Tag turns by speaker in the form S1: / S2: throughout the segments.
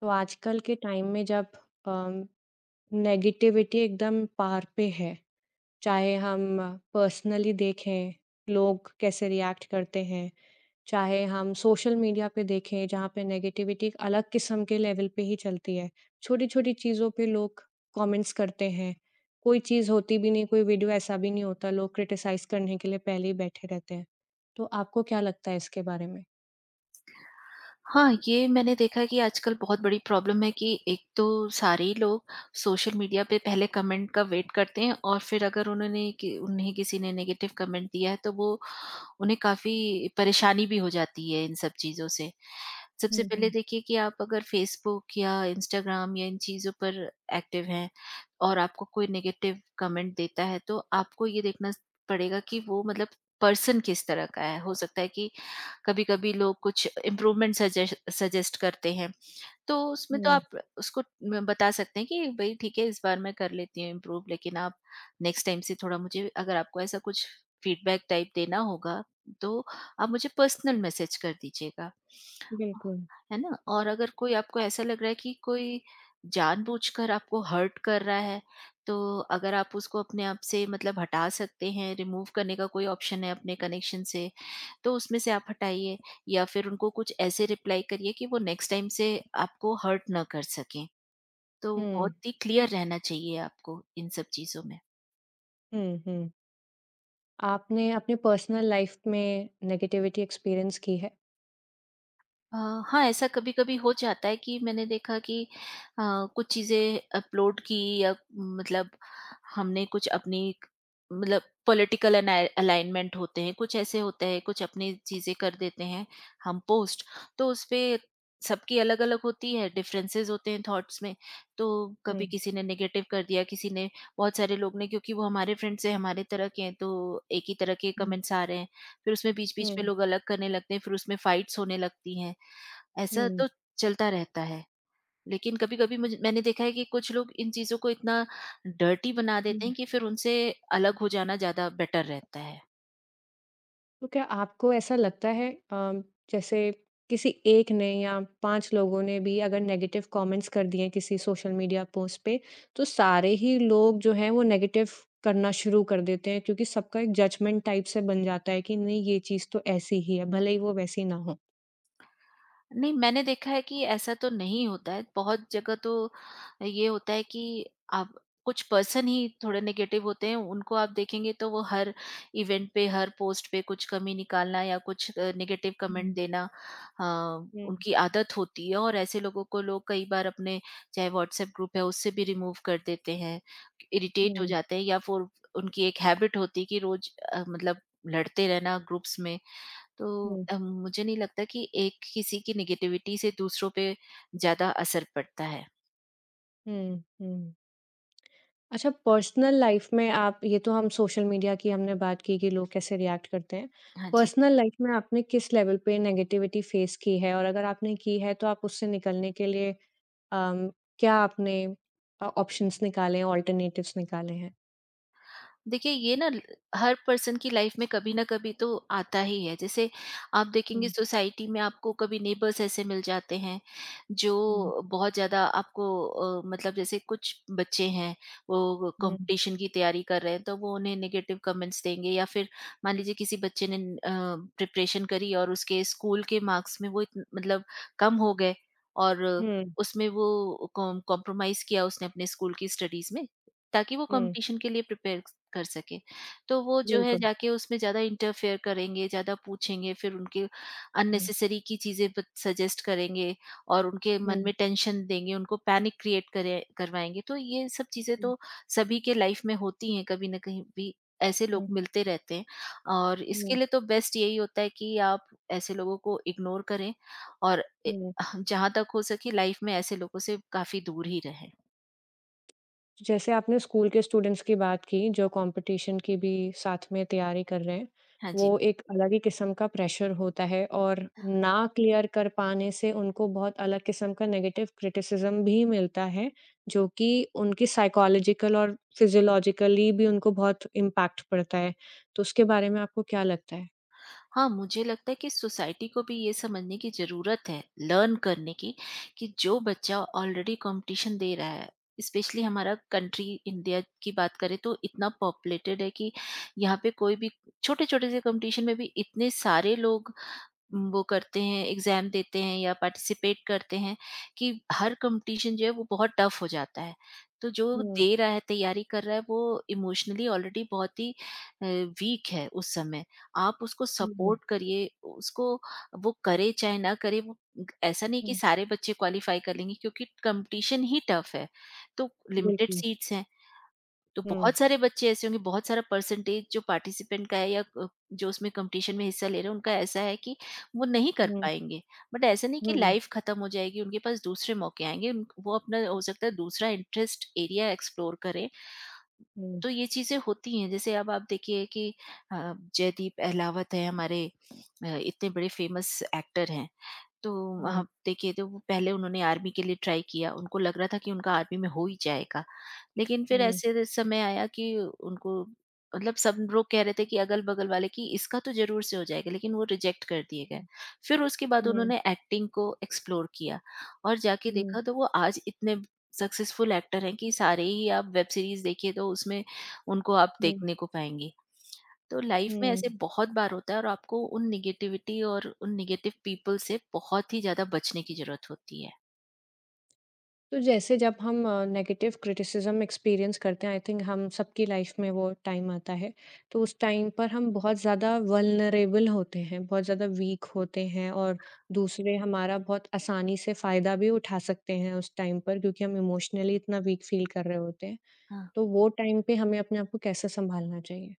S1: तो आजकल के टाइम में जब अम, नेगेटिविटी एकदम पार पे है, चाहे हम पर्सनली देखें, लोग कैसे रिएक्ट करते हैं, चाहे हम सोशल मीडिया पे देखें जहाँ पे नेगेटिविटी एक अलग किस्म के लेवल पे ही चलती है। छोटी-छोटी चीज़ों पे लोग कमेंट्स करते हैं, कोई चीज़ होती भी नहीं, कोई वीडियो ऐसा भी नहीं होता, लोग क्रिटिसाइज़ करने के लिए पहले ही बैठे रहते हैं। तो आपको क्या लगता है इसके बारे में?
S2: हाँ, ये मैंने देखा है कि आजकल बहुत बड़ी प्रॉब्लम है कि एक तो सारे ही लोग सोशल मीडिया पे पहले कमेंट का वेट करते हैं, और फिर अगर उन्होंने कि उन्हें किसी ने नेगेटिव कमेंट दिया है तो वो उन्हें काफ़ी परेशानी भी हो जाती है इन सब चीज़ों से। सबसे
S1: हुँ,
S2: पहले
S1: हुँ।
S2: देखिए कि आप अगर फ़ेसबुक या इंस्टाग्राम या इन चीज़ों पर एक्टिव हैं और आपको कोई नेगेटिव कमेंट देता है, तो आपको ये देखना स पड़ेगा कि वो मतलब पर्सन किस तरह का है। हो सकता है कि कभी-कभी लोग कुछ इम्प्रूवमेंट सजेश सजेस्ट करते हैं। तो उसमें तो
S1: हुँ,
S2: आप उसको म बता सकते हैं कि भई ठीक है, इस बार मैं कर लेती हूँ इम्प्रूव, लेकिन आप नेक्स्ट टाइम से थोड़ा मुझे, अगर आपको ऐसा कुछ फीडबैक टाइप देना होगा, तो आप मुझे पर्सनल मैसेज कर दीजिएगा।
S1: बिल्कुल।
S2: है ना? और अगर कोई आपको ऐसा लग रहा है कि कोई जानबूझकर आपको हर्ट कर रहा है, तो अगर आप उसको अपने आप से मतलब हटा सकते हैं, रिमूव करने का कोई ऑप्शन है अपने कनेक्शन से, तो उसमें से आप हटाइए, या फिर उनको कुछ ऐसे रिप्लाई करिए कि वो नेक्स्ट टाइम से आपको हर्ट ना कर सकें। तो बहुत
S1: हुँ,
S2: ही क्लियर रहना चाहिए आपको इन सब चीज़ों में।
S1: हुँ, हुँ। आपने अपने पर्सनल लाइफ में नेगेटिविटी एक्सपीरियंस की है?
S2: अ, हाँ, ऐसा कभी-कभी हो जाता है कि मैंने देखा कि अ, कुछ चीज़ें अपलोड की, या मतलब हमने कुछ अपनी, मतलब पॉलिटिकल अनाय अलाइनमेंट होते हैं, कुछ ऐसे होते हैं, कुछ अपनी चीज़ें कर देते हैं हम पोस्ट, तो उसपे सबकी अलग-अलग होती है, डिफरेंसेस होते हैं थॉट्स में। तो
S1: हुँ,
S2: कभी किसी ने नेगेटिव कर दिया, किसी ने, बहुत सारे लोग ने, क्योंकि वो हमारे फ्रेंड्स हैं, हमारे तरह के हैं, तो एक ही तरह के
S1: हुँ,
S2: कमेंट्स आ रहे हैं। फिर उसमें बीच-बीच
S1: हुँ,
S2: में लोग अलग करने लगते हैं, फिर उसमें फाइट्स होने लगती हैं। ऐसा
S1: हुँ,
S2: तो चलता रहता है। लेकिन कभी-कभी मुझे मैंने देखा है कि कुछ लोग इन चीज़ों को इतना डर्टी बना देते
S1: हुँ।
S2: हैं कि फिर उनसे अलग हो जाना ज़्यादा बेटर रहता है।
S1: तो क्या आपको ऐसा लगता है जैसे किसी एक ने या 5 लोगों ने भी अगर नेगेटिव कमेंट्स कर दिए किसी सोशल मीडिया पोस्ट पे, तो सारे ही लोग जो हैं वो नेगेटिव करना शुरू कर देते हैं क्योंकि सबका एक जजमेंट टाइप से बन जाता है कि नहीं ये चीज़ तो ऐसी ही है, भले ही वो वैसी ना हो?
S2: नहीं, मैंने देखा है कि ऐसा तो नहीं होता है। बहुत जगह तो ये होता है कि आप, कुछ पर्सन ही थोड़े नेगेटिव होते हैं, उनको आप देखेंगे तो वो हर इवेंट पे, हर पोस्ट पे कुछ कमी निकालना या कुछ नेगेटिव
S1: हुँ,
S2: कमेंट देना, अ,
S1: हुँ,
S2: उनकी आदत होती है, और ऐसे लोगों को लोग कई बार अपने, चाहे व्हाट्सएप ग्रुप है, उससे भी रिमूव कर देते हैं, इरिटेट हो
S1: हुँ,
S2: जाते हैं, या फिर उनकी एक हैबिट होती है कि रोज़ मतलब लड़ते रहना ग्रुप्स में, तो
S1: हुँ,
S2: मुझे नहीं लगता कि एक किसी की नेगेटिविटी से दूसरों पे ज़्यादा असर पड़ता है।
S1: हुँ, हुँ। अच्छा पर्सनल लाइफ में आप ये तो हम सोशल मीडिया की हमने बात की कि लोग कैसे रिएक्ट करते हैं।
S2: हाँ जी।
S1: पर्सनल लाइफ में आपने किस लेवल पे नेगेटिविटी फेस की है? और अगर आपने की है तो आप उससे निकलने के लिए अम, क्या आपने ऑप्शंस निकाले हैं, अल्टरनेटिव्स निकाले हैं?
S2: देखिए, ये ना हर पर्सन की लाइफ में कभी ना कभी तो आता ही है। जैसे आप देखेंगे
S1: हुँ,
S2: सोसाइटी में, आपको कभी नेबर्स ऐसे मिल जाते हैं जो
S1: हुँ,
S2: बहुत ज्यादा आपको मतलब, जैसे कुछ बच्चे हैं, वो
S1: हुँ,
S2: कंपटीशन की तैयारी कर रहे हैं, तो वो उन्हें नेगेटिव कमेंट्स देंगे, या फिर मान लीजिए किसी बच्चे ने प्रिपरेशन करी और उसके स्कूल के मार्क्स में वो मतलब कम हो गए, और
S1: हुँ,
S2: उसमें वो कॉम्प्रोमाइज किया उसने अपने स्कूल की स्टडीज में, ताकि वो
S1: हुँ,
S2: कंपटीशन के लिए प्रिपेयर कर सके, तो वो जो है
S1: बिल्कुल।
S2: जाके उसमें ज़्यादा इंटरफेयर करेंगे, ज़्यादा पूछेंगे, फिर उनके
S1: हुँ,
S2: अननेसेसरी की चीज़ें ब सजेस्ट करेंगे, और उनके
S1: हुँ,
S2: मन में टेंशन देंगे, उनको पैनिक क्रिएट करे करवाएँगे। तो ये सब चीज़ें
S1: हुँ,
S2: तो सभी के लाइफ में होती हैं, कभी न कहीं भी ऐसे लोग
S1: हुँ,
S2: मिलते रहते हैं, और इसके
S1: हुँ,
S2: लिए तो बेस्ट यही होता है कि आप ऐसे लोगों को इग्नोर करें, और ए
S1: हुँ।
S2: जहाँ तक हो सके लाइफ में ऐसे लोगों से काफ़ी दूर ही रहें।
S1: जैसे आपने स्कूल के स्टूडेंट्स की बात की, जो कॉम्पिटिशन की भी साथ में तैयारी कर रहे हैं,
S2: हाँ जी।
S1: वो एक अलग ही किस्म का प्रेशर होता है और ना क्लियर कर पाने से उनको बहुत अलग किस्म का नेगेटिव क्रिटिसिज़्म भी मिलता है, जो कि उनकी साइकोलॉजिकल और फिज़ियोलॉजिकली भी उनको बहुत इम्पैक्ट पड़ता है। तो उसके बारे में आपको क्या लगता है?
S2: हाँ, मुझे लगता है कि सोसाइटी को भी ये समझने की ज़रूरत है, लर्न करने की, कि जो बच्चा ऑलरेडी कॉम्पिटिशन दे रहा है, स्पेशली हमारा कंट्री इंडिया की बात करें तो इतना पॉपुलेटेड है कि यहाँ पे कोई भी छोटे-छोटे से कॉम्पिटिशन में भी इतने सारे लोग वो करते हैं, एग्ज़ाम देते हैं या पार्टिसिपेट करते हैं, कि हर कॉम्पिटिशन जो है वो बहुत टफ हो जाता है। तो जो
S1: हुँ,
S2: दे रहा है, तैयारी कर रहा है, वो इमोशनली ऑलरेडी बहुत ही वीक है उस समय। आप उसको
S1: हुँ,
S2: सपोर्ट करिए, उसको, वो करे चाहे ना करे, वो, ऐसा नहीं कि
S1: हुँ,
S2: सारे बच्चे क्वालीफ़ाई कर लेंगे, क्योंकि कॉम्पिटिशन ही टफ है। तो लिमिटेड
S1: बिल्कुल।
S2: सीट्स हैं। तो
S1: हुँ,
S2: बहुत सारे बच्चे ऐसे होंगे, बहुत सारा परसेंटेज जो पार्टिसिपेंट का है, या जो उसमें कॉम्पिटिशन में हिस्सा ले रहे हैं, उनका ऐसा है कि वो नहीं कर
S1: हुँ,
S2: पाएँगे। बट ऐसा नहीं कि
S1: हुँ,
S2: लाइफ़ ख़त्म हो जाएगी, उनके पास दूसरे मौके आएँगे। उन वो अपना, हो सकता है, दूसरा इंटरेस्ट एरिया एक्सप्लोर करें,
S1: हुँ,
S2: तो ये चीज़ें होती हैं। जैसे अब आप देखिए कि जयदीप अहलावत हैं हमारे, इतने बड़े फ़ेमस एक्टर हैं। तो
S1: हुँ,
S2: वहाँ
S1: हुँ,
S2: देखिए, तो वो पहले उन्होंने आर्मी के लिए ट्राई किया, उनको लग रहा था कि उनका आर्मी में हो ही जाएगा। लेकिन फिर
S1: हुँ,
S2: ऐसे समय आया कि उनको, मतलब सब लोग कह रहे थे कि अगल-बगल वाले, कि इसका तो ज़रूर से हो जाएगा, लेकिन वो रिजेक्ट कर दिए गए। फिर उसके बाद
S1: हुँ,
S2: उन्होंने एक्टिंग को एक्सप्लोर किया और जाके
S1: हुँ,
S2: देखा तो वो आज इतने सक्सेसफुल एक्टर हैं कि सारे ही आप वेब सीरीज़ देखिए तो उसमें उनको आप
S1: हुँ,
S2: देखने को पाएँगे। तो लाइफ में
S1: हुँ।
S2: ऐसे बहुत बार होता है, और आपको उन निगेटिविटी और उन निगेटिव पीपल से बहुत ही ज्यादा बचने की जरूरत होती है।
S1: तो जैसे जब हम नेगेटिव क्रिटिसिज्म एक्सपीरियंस करते हैं आई थिंक हम सबकी लाइफ में वो टाइम आता है तो उस टाइम पर हम बहुत ज़्यादा वल्नरेबल होते हैं बहुत ज़्यादा वीक होते हैं और दूसरे हमारा बहुत आसानी से फ़ायदा भी उठा सकते हैं उस टाइम पर क्योंकि हम इमोशनली इतना वीक फील कर रहे होते हैं
S2: हाँ।
S1: तो वो टाइम पे हमें अपने आप को कैसे संभालना चाहिए।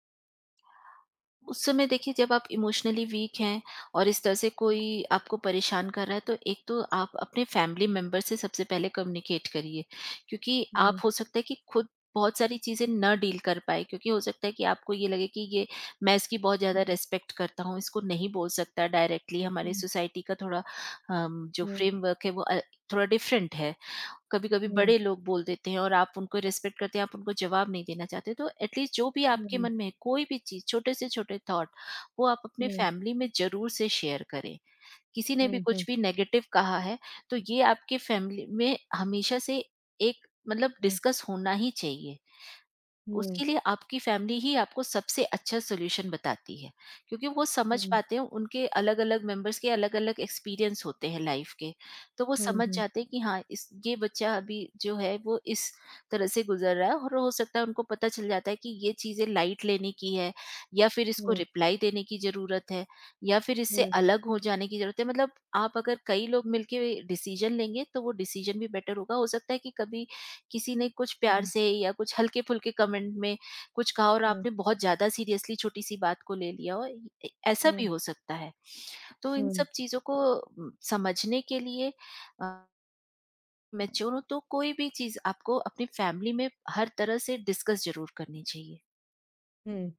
S2: उस समय देखिए, जब आप इमोशनली वीक हैं और इस तरह से
S1: हुँ,
S2: कोई आपको परेशान कर रहा है, तो एक तो आप अपने फैमिली मेंबर से सबसे पहले कम्युनिकेट करिए, क्योंकि आप,
S1: हुँ,
S2: हो सकता है कि खुद बहुत सारी चीजें न डील कर पाए, क्योंकि हो सकता है कि आपको ये लगे कि ये, मैं इसकी बहुत ज्यादा
S1: हुँ,
S2: रेस्पेक्ट करता हूँ, इसको नहीं बोल सकता डायरेक्टली, हमारी सोसाइटी का थोड़ा जो
S1: हुँ,
S2: फ्रेमवर्क है, वो थोड़ा डिफरेंट है। कभी-कभी
S1: हुँ,
S2: बड़े लोग बोल देते हैं और आप उनको रिस्पेक्ट करते हैं, आप उनको जवाब नहीं देना चाहते, तो एटलीस्ट जो भी आपके
S1: हुँ,
S2: मन में है, कोई भी चीज़, छोटे से छोटे थॉट, वो आप अपने
S1: हुँ,
S2: फैमिली में ज़रूर से शेयर करें। किसी ने भी
S1: हुँ,
S2: कुछ भी नेगेटिव कहा है, तो ये आपके फैमिली में हमेशा से एक, मतलब
S1: हुँ,
S2: डिस्कस होना ही चाहिए।
S1: हुँ,
S2: उसके लिए आपकी फैमिली ही आपको सबसे अच्छा सॉल्यूशन बताती है, क्योंकि वो समझ
S1: हुँ,
S2: पाते हैं, उनके अलग अलग मेंबर्स के अलग अलग एक्सपीरियंस होते हैं लाइफ के, तो वो
S1: हुँ,
S2: समझ
S1: हुँ,
S2: जाते हैं कि हाँ, इस ये बच्चा अभी जो है वो इस तरह से गुजर रहा है, और हो सकता है उनको पता चल जाता है कि ये चीज़ें लाइट लेने की है, या फिर इसको
S1: हुँ,
S2: रिप्लाई देने की ज़रूरत है, या फिर इससे
S1: हुँ,
S2: अलग हो जाने की ज़रूरत है। मतलब आप अगर कई लोग मिलके डिसीजन लेंगे तो वो डिसीजन भी बेटर होगा। हो सकता है कि कभी किसी ने कुछ
S1: हुँ,
S2: प्यार
S1: हुँ,
S2: से या कुछ हल्के-फुल्के कमेंट में कुछ कहा, और
S1: हुँ,
S2: आपने बहुत ज़्यादा सीरियसली छोटी-सी बात को ले लिया, और ए ऐसा भी
S1: हुँ।
S2: हो सकता है। तो इन
S1: हुँ,
S2: सब चीज़ों को समझने के लिए अ, मैच्योर हो, तो कोई भी चीज़ आपको अपनी फैमिली में हर तरह से डिस्कस ज़रूर करनी चाहिए।
S1: हुँ।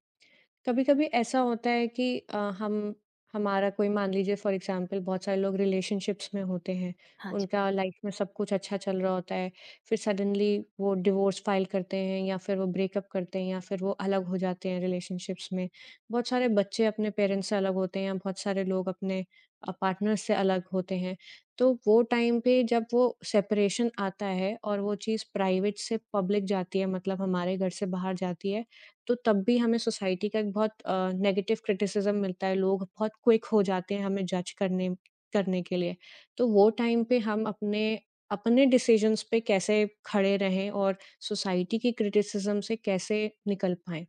S1: कभी-कभी ऐसा होता है कि हम हमारा कोई मान लीजिए फ़ॉर एग्ज़ाम्पल बहुत सारे लोग रिलेशनशिप्स में होते हैं,
S2: हाँ जी।
S1: उनका लाइफ़ में सब कुछ अच्छा चल रहा होता है, फिर सडनली वो डिवोर्स फाइल करते हैं या फिर वो ब्रेकअप करते हैं या फिर वो अलग हो जाते हैं रिलेशनशिप्स में। बहुत सारे बच्चे अपने पेरेंट्स से अलग होते हैं या बहुत सारे लोग अपने पार्टनर से अलग होते हैं। तो वो टाइम पे जब वो सेपरेशन आता है और वो चीज़ प्राइवेट से पब्लिक जाती है मतलब हमारे घर से बाहर जाती है, तो तब भी हमें सोसाइटी का एक बहुत नेगेटिव क्रिटिसिज्म मिलता है, लोग बहुत क्विक हो जाते हैं हमें जज करने करने के लिए। तो वो टाइम पे हम अपने अपने डिसिजंस पे कैसे खड़े रहें और सोसाइटी की क्रिटिसिज्म से कैसे निकल पाएँ?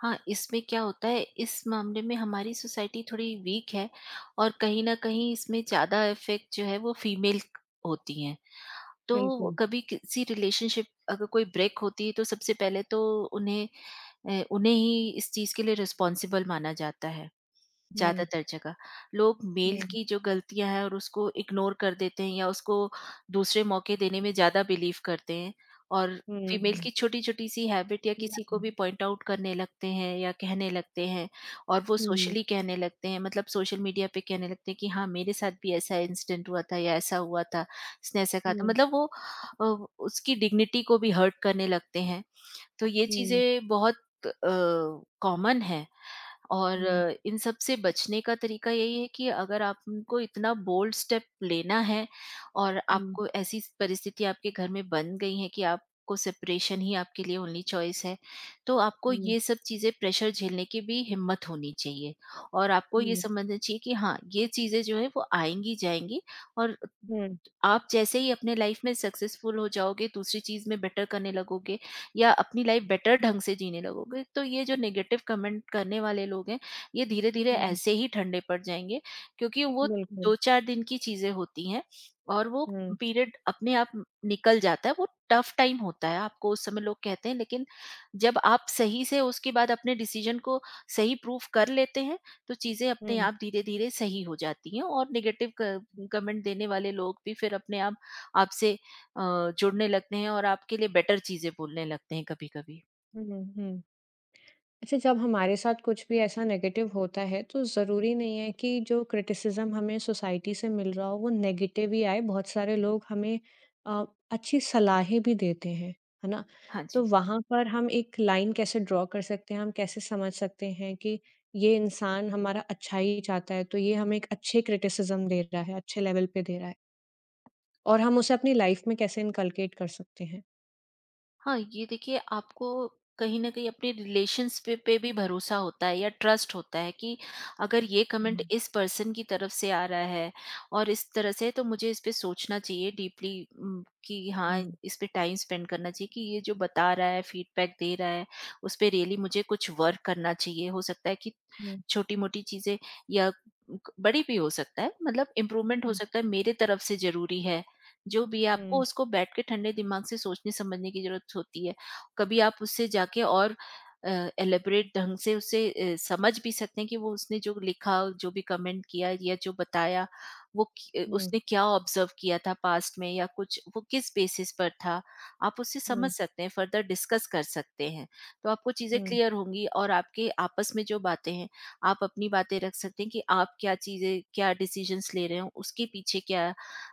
S2: हाँ, इसमें क्या होता है, इस मामले में हमारी सोसाइटी थोड़ी वीक है, और कहीं न कहीं इसमें ज़्यादा इफ़ेक्ट जो है वो फीमेल क होती हैं। तो
S1: बिल्कुल।
S2: कभी किसी रिलेशनशिप अगर कोई ब्रेक होती है तो सबसे पहले तो उन्हें उन्हें ही इस चीज़ के लिए रिस्पॉन्सिबल माना जाता है।
S1: हुँ,
S2: ज़्यादातर जगह। लोग
S1: हुँ,
S2: मेल
S1: हुँ,
S2: की जो गलतियाँ हैं और उसको इग्नोर कर देते हैं, या उसको दूसरे मौके देने में ज़्यादा बिलीव करते हैं, और
S1: हुँ।
S2: फीमेल की छोटी-छोटी सी हैबिट या किसी को भी पॉइंट आउट करने लगते हैं, या कहने लगते हैं, और वो
S1: हुँ,
S2: सोशली कहने लगते हैं, मतलब सोशल मीडिया पे कहने लगते हैं कि हाँ, मेरे साथ भी ऐसा इंसिडेंट हुआ था, या ऐसा हुआ था, इसने ऐसा कहा था।
S1: हुँ,
S2: मतलब वो उसकी डिग्निटी को भी हर्ट करने लगते हैं। तो ये
S1: हुँ, हुँ,
S2: चीज़ें बहुत कॉमन है।
S1: हुँ,
S2: और इन सब से बचने का तरीका यही है कि अगर आपको इतना बोल्ड स्टेप लेना है, और आपको ऐसी परिस्थिति आपके घर में बन गई है कि आपको सेपरेशन ही आपके लिए ओनली चॉइस है, तो आपको
S1: हुँ,
S2: ये सब चीज़ें प्रेशर झेलने की भी हिम्मत होनी चाहिए, और आपको ये
S1: हुँ,
S2: समझना चाहिए कि हाँ, ये चीज़ें जो है वो आएंगी जाएंगी, और
S1: हुँ,
S2: आप जैसे ही अपने लाइफ में सक्सेसफुल हो जाओगे, दूसरी चीज में बेटर करने लगोगे या अपनी लाइफ बेटर ढंग से जीने लगोगे, तो ये जो नेगेटिव कमेंट करने वाले लोग हैं, ये धीरे धीरे
S1: हुँ,
S2: ऐसे ही ठंडे पड़ जाएंगे, क्योंकि वो
S1: बिल्कुल।
S2: दो चार दिन की चीजें होती हैं, और वो
S1: हुँ,
S2: पीरियड अपने आप निकल जाता है। वो टफ टाइम होता है, आपको उस समय लोग कहते हैं, लेकिन जब आप सही से उसके बाद अपने डिसीजन को सही प्रूफ कर लेते हैं। तो चीजें अपने
S1: हुँ,
S2: आप धीरे धीरे सही हो जाती हैं और निगेटिव कमेंट देने वाले लोग भी फिर अपने आप आपसे जुड़ने लगते हैं और आपके लिए बेटर चीज़ें बोलने लगते हैं कभी-कभी।
S1: हुँ, हुँ। अच्छा, जब हमारे साथ कुछ भी ऐसा नेगेटिव होता है, तो ज़रूरी नहीं है कि जो क्रिटिसिज़्म हमें सोसाइटी से मिल रहा हो, वो नेगेटिव ही आए। बहुत सारे लोग हमें अ, अच्छी सलाहें भी देते हैं, है ना?
S2: हाँ
S1: तो
S2: जी।
S1: वहाँ पर हम एक लाइन कैसे ड्रॉ कर सकते हैं, हम कैसे समझ सकते हैं कि ये इंसान हमारा अच्छा ही चाहता है, तो ये हमें एक अच्छे क्रिटिसिज़्म दे रहा है, अच्छे लेवल पे दे रहा है और हम उसे अपनी लाइफ़ में कैसे इनकल्केट कर सकते हैं?
S2: हाँ, ये देखिए आपको कहीं न कहीं अपने रिलेशंस पे पे भी भरोसा होता है या ट्रस्ट होता है कि अगर ये
S1: हुँ,
S2: कमेंट इस पर्सन की तरफ से आ रहा है और इस तरह से है, तो मुझे इस पे सोचना चाहिए डीपली। कि हाँ,
S1: हुँ,
S2: इस पे टाइम स्पेंड करना चाहिए कि ये जो बता रहा है, फीडबैक दे रहा है, उस पे रियली मुझे कुछ वर्क करना चाहिए। हो सकता है कि
S1: हुँ,
S2: छोटी-मोटी चीज़ें या क बड़ी भी हो सकता है, मतलब इम्प्रूवमेंट हो
S1: हुँ।
S2: सकता है मेरे तरफ से ज़रूरी है। जो भी है आपको
S1: हुँ,
S2: उसको बैठ के ठंडे दिमाग से सोचने समझने की ज़रूरत होती है। कभी आप उससे जाके और एलेबोरेट ढंग से उसे समझ भी सकते हैं कि वो उसने जो लिखा, जो भी कमेंट किया या जो बताया, वो क
S1: हुँ,
S2: उसने क्या ऑब्ज़र्व किया था पास्ट में या कुछ वो किस बेसिस पर था। आप उससे
S1: हुँ,
S2: समझ सकते हैं, फर्दर डिस्कस कर सकते हैं। तो आपको चीज़ें
S1: हुँ,
S2: क्लियर होंगी और आपके आपस में जो बातें हैं, आप अपनी बातें रख सकते हैं कि आप क्या चीज़ें, क्या डिसीज़न्स ले रहे हो, उसके पीछे क्या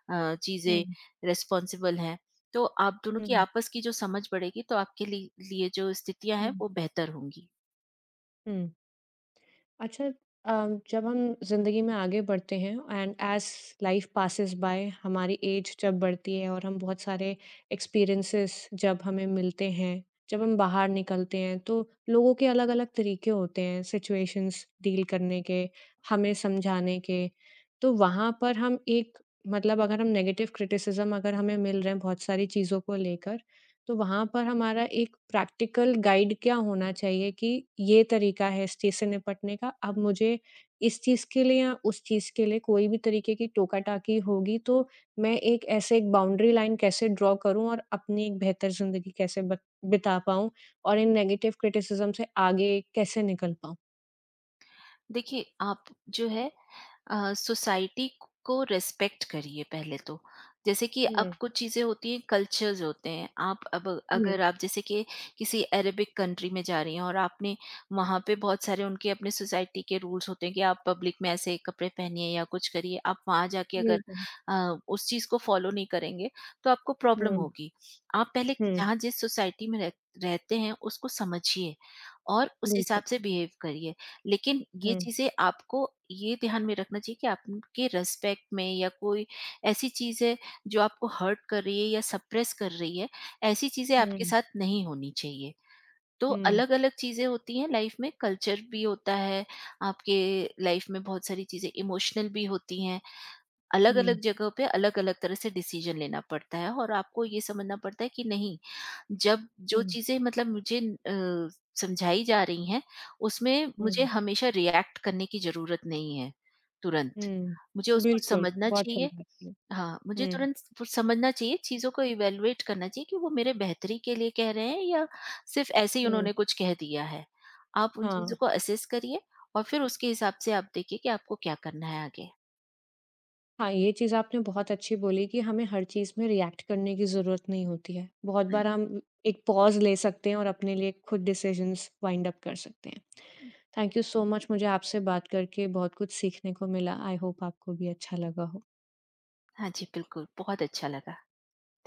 S2: चीज़ें
S1: हुँ।
S2: रिस्पॉन्सिबल हैं। तो आप दोनों की
S1: हुँ,
S2: आपस की जो समझ बढ़ेगी तो आपके लि लिए जो स्थितियाँ हैं
S1: हुँ,
S2: वो बेहतर होंगी।
S1: हुँ। अच्छा अ, जब हम ज़िंदगी में आगे बढ़ते हैं and as life passes by हमारी एज जब बढ़ती है और हम बहुत सारे एक्सपीरियंसेस जब हमें मिलते हैं, जब हम बाहर निकलते हैं, तो लोगों के अलग-अलग तरीके होते हैं सिचुएशंस डील करने के, हमें समझाने के। तो वहाँ पर हम एक मतलब अगर हम नेगेटिव क्रिटिसिज़्म अगर हमें मिल रहे हैं बहुत सारी चीज़ों को लेकर तो वहाँ पर हमारा एक प्रैक्टिकल गाइड क्या होना चाहिए कि ये तरीका है इस चीज़ से निपटने का, अब मुझे इस चीज़ के लिए या उस चीज़ के लिए कोई भी तरीके की टोका-टाकी होगी तो मैं एक ऐसे एक बाउंड्री लाइन कैसे ड्रॉ करूँ और अपनी एक बेहतर ज़िंदगी कैसे बत बिता पाऊँ और इन नेगेटिव क्रिटिसिज़्म से आगे कैसे निकल पाऊँ?
S2: देखिए आप, जो है, सोसाइटी को रेस्पेक्ट करिए पहले तो। जैसे कि अब
S1: हुँ,
S2: कुछ चीज़ें होती हैं, कल्चर्स होते हैं। आप अब
S1: हुँ,
S2: अगर आप जैसे कि किसी अरेबिक कंट्री में जा रही हैं और आपने वहाँ पे, बहुत सारे उनके अपने सोसाइटी के रूल्स होते हैं कि आप पब्लिक में ऐसे कपड़े पहनिए या कुछ करिए। आप वहाँ जाके अगर
S1: बिल्कुल।
S2: उस चीज़ को फॉलो नहीं करेंगे तो आपको प्रॉब्लम
S1: हुँ,
S2: होगी। आप पहले
S1: हुँ,
S2: जहाँ जिस सोसाइटी में रहते हैं उसको समझिए और उस
S1: बिल्कुल।
S2: हिसाब से बिहेव करिए। लेकिन ये
S1: हुँ,
S2: चीज़ें आपको ये ध्यान में रखना चाहिए कि आपके रिस्पेक्ट में या कोई ऐसी चीज़ है जो आपको हर्ट कर रही है या सप्रेस कर रही है, ऐसी चीज़ें आपके
S1: हुँ,
S2: साथ नहीं होनी चाहिए। तो
S1: हुँ,
S2: अलग-अलग चीज़ें होती हैं लाइफ में, कल्चर भी होता है, आपके लाइफ में बहुत सारी चीज़ें इमोशनल भी होती हैं।
S1: हुँ,
S2: अलग-अलग जगह पे अलग-अलग तरह से डिसीज़न लेना पड़ता है और आपको ये समझना पड़ता है कि नहीं, जब जो
S1: हुँ,
S2: चीज़ें मतलब मुझे समझाई जा रही हैं, उसमें
S1: हुँ,
S2: मुझे हमेशा रिएक्ट करने की ज़रूरत नहीं है, तुरंत। मुझे
S1: हुँ,
S2: उसको
S1: बिल्कुल,
S2: समझना
S1: बहुत
S2: चाहिए।
S1: सुंदर।
S2: हाँ, मुझे
S1: हुँ,
S2: तुरंत फ समझना चाहिए, चीज़ों को इवैल्यूएट करना चाहिए कि वो मेरे बेहतरी के लिए कह रहे हैं या सिर्फ़ ऐसे ही
S1: हुँ।
S2: उन्होंने कुछ कह दिया है। आप उन
S1: हाँ,
S2: चीज़ों को असेस करिए और फिर उसके हिसाब से आप देखिए कि आपको क्या करना है आगे।
S1: हाँ, ये चीज़ आपने बहुत अच्छी बोली कि हमें हर चीज़ में रिएक्ट करने की ज़रूरत नहीं होती है। बहुत
S2: हुँ।
S1: बार हम एक पॉज़ ले सकते हैं और अपने लिए खुद डिसिज़न्स वाइंड अप कर सकते हैं। थैंक यू सो मच मुझे आपसे बात करके बहुत कुछ सीखने को मिला। आई होप आपको भी अच्छा लगा हो।
S2: हाँ जी, बिल्कुल, बहुत अच्छा लगा।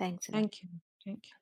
S2: Thanks a lot.
S1: Thank you, thank you.